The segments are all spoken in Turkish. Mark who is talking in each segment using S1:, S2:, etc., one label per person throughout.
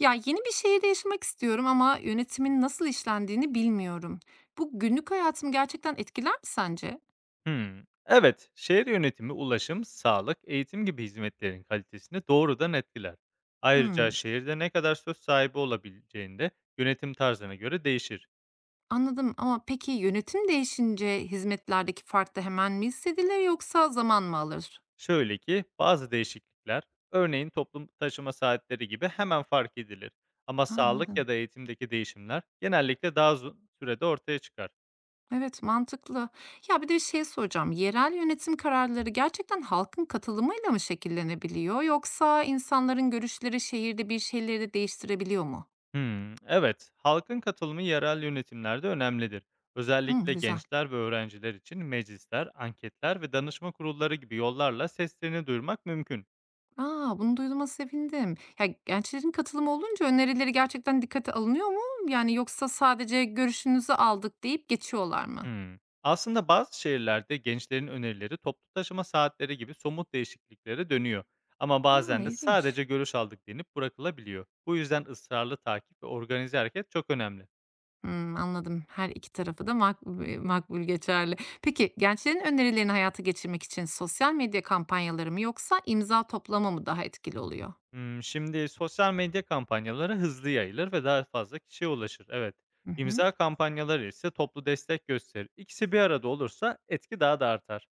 S1: Ya yeni bir şehirde yaşamak istiyorum ama yönetimin nasıl işlendiğini bilmiyorum. Bu günlük hayatımı gerçekten etkiler mi sence?
S2: Hımm. Evet, şehir yönetimi, ulaşım, sağlık, eğitim gibi hizmetlerin kalitesini doğrudan etkiler. Ayrıca
S1: Hmm,
S2: şehirde ne kadar söz sahibi olabileceğinde yönetim tarzına göre değişir.
S1: anladım ama peki yönetim değişince hizmetlerdeki fark da hemen mi hissedilir yoksa zaman mı alır?
S2: Şöyle ki bazı değişiklikler, örneğin toplum taşıma saatleri gibi hemen fark edilir. Ama
S1: Ha,
S2: sağlık
S1: anladım.
S2: ya da eğitimdeki değişimler genellikle daha uzun sürede ortaya çıkar.
S1: Evet, mantıklı. Ya bir de bir şey soracağım. Yerel yönetim kararları gerçekten halkın katılımıyla mı şekillenebiliyor yoksa insanların görüşleri şehirde bir şeyleri de değiştirebiliyor mu?
S2: Hımm. Evet, halkın katılımı yerel yönetimlerde önemlidir.
S1: Hmm,
S2: Özellikle
S1: güzel.
S2: gençler ve öğrenciler için meclisler, anketler ve danışma kurulları gibi yollarla seslerini duyurmak mümkün.
S1: A! Bunu duyduğuma sevindim. Ya, gençlerin katılımı olunca önerileri gerçekten dikkate alınıyor mu? Yani yoksa sadece "Görüşünüzü aldık." deyip geçiyorlar mı?
S2: Hımm. Aslında bazı şehirlerde gençlerin önerileri toplu taşıma saatleri gibi somut değişikliklere dönüyor. Ama
S1: A!
S2: bazen de
S1: İlginç.
S2: sadece görüş aldık denip bırakılabiliyor. Bu yüzden ısrarlı takip ve organize hareket çok önemli.
S1: Hımm, anladım. Her iki tarafı da makbul geçerli. Peki, gençlerin önerilerini hayata geçirmek için sosyal medya kampanyaları mı yoksa imza toplama mı daha etkili oluyor?
S2: Şimdi sosyal medya kampanyaları hızlı yayılır ve daha fazla kişiye ulaşır. Evet.
S1: Hı hı.
S2: İmza kampanyaları ise toplu destek gösterir. İkisi bir arada olursa etki daha da artar.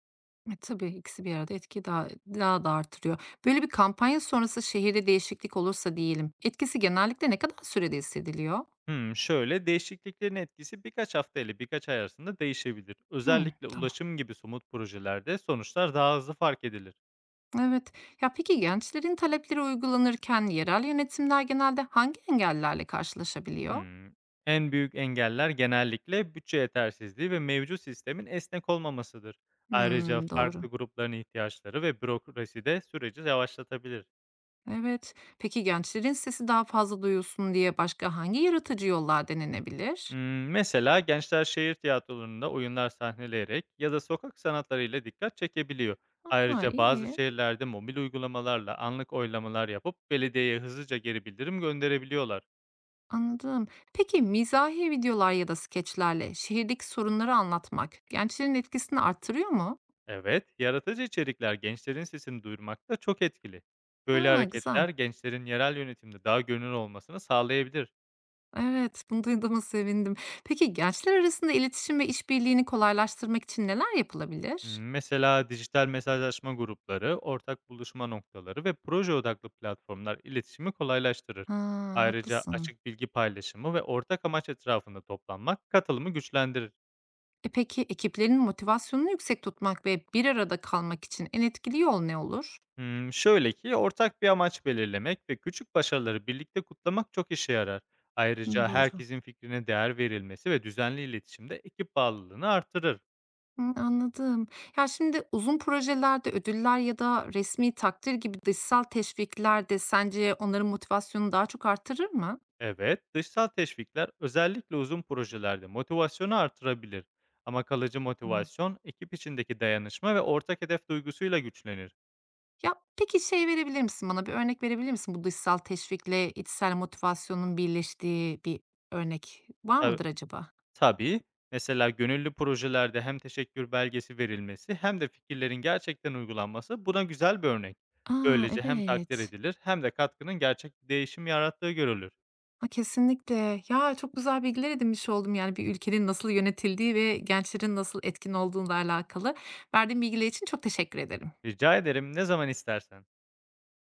S1: E, tabii ikisi bir arada etkiyi daha da artırıyor. Böyle bir kampanya sonrası şehirde değişiklik olursa diyelim, etkisi genellikle ne kadar sürede hissediliyor?
S2: Hımm, şöyle, değişikliklerin etkisi birkaç hafta ile birkaç ay arasında değişebilir.
S1: Hımm,
S2: Özellikle
S1: tamam.
S2: ulaşım gibi somut projelerde sonuçlar daha hızlı fark edilir.
S1: Evet. Ya peki gençlerin talepleri uygulanırken yerel yönetimler genelde hangi engellerle karşılaşabiliyor?
S2: Hımm. En büyük engeller genellikle bütçe yetersizliği ve mevcut sistemin esnek olmamasıdır. Ayrıca
S1: Hmm, doğru.
S2: farklı grupların ihtiyaçları ve bürokrasi de süreci yavaşlatabilir.
S1: Evet. Peki gençlerin sesi daha fazla duyulsun diye başka hangi yaratıcı yollar denenebilir?
S2: Mesela gençler şehir tiyatrolarında oyunlar sahneleyerek ya da sokak sanatlarıyla dikkat çekebiliyor.
S1: Aa,
S2: Ayrıca bazı
S1: iyi.
S2: şehirlerde mobil uygulamalarla anlık oylamalar yapıp belediyeye hızlıca geri bildirim gönderebiliyorlar.
S1: Anladım. Peki mizahi videolar ya da skeçlerle şehirdeki sorunları anlatmak gençlerin etkisini arttırıyor mu?
S2: Evet, yaratıcı içerikler gençlerin sesini duyurmakta çok etkili. Böyle
S1: Aa, güzel.
S2: hareketler gençlerin yerel yönetimde daha görünür olmasını sağlayabilir.
S1: Evet, bunu duyduğuma sevindim. Peki gençler arasında iletişim ve işbirliğini kolaylaştırmak için neler yapılabilir?
S2: Hımm, mesela dijital mesajlaşma grupları, ortak buluşma noktaları ve proje odaklı platformlar iletişimi kolaylaştırır.
S1: Ha,
S2: Ayrıca
S1: haklısın.
S2: açık bilgi paylaşımı ve ortak amaç etrafında toplanmak katılımı güçlendirir.
S1: E peki ekiplerin motivasyonunu yüksek tutmak ve bir arada kalmak için en etkili yol ne olur?
S2: Hımm, şöyle ki ortak bir amaç belirlemek ve küçük başarıları birlikte kutlamak çok işe yarar.
S1: Hı,
S2: Ayrıca
S1: doğru.
S2: herkesin fikrine değer verilmesi ve düzenli iletişimde ekip bağlılığını artırır.
S1: Hı, anladım. Ya şimdi uzun projelerde ödüller ya da resmi takdir gibi dışsal teşvikler de sence onların motivasyonunu daha çok artırır mı?
S2: Evet, dışsal teşvikler özellikle uzun projelerde motivasyonu artırabilir. Ama kalıcı
S1: Tamam.
S2: motivasyon ekip içindeki dayanışma ve ortak hedef duygusuyla güçlenir.
S1: Ya peki şey verebilir misin bana bir örnek verebilir misin, bu dışsal teşvikle içsel motivasyonun birleştiği bir örnek var
S2: Tabii,
S1: mıdır acaba?
S2: tabii, mesela gönüllü projelerde hem teşekkür belgesi verilmesi hem de fikirlerin gerçekten uygulanması buna güzel bir örnek.
S1: Aa,
S2: Böylece hem takdir
S1: evet.
S2: edilir hem de katkının gerçek bir değişim yarattığı görülür.
S1: A, kesinlikle. Ya, çok güzel bilgiler edinmiş oldum, yani, bir ülkenin nasıl yönetildiği ve gençlerin nasıl etkin olduğuyla alakalı. Verdiğin bilgiler için çok teşekkür ederim.
S2: Rica ederim, ne zaman istersen.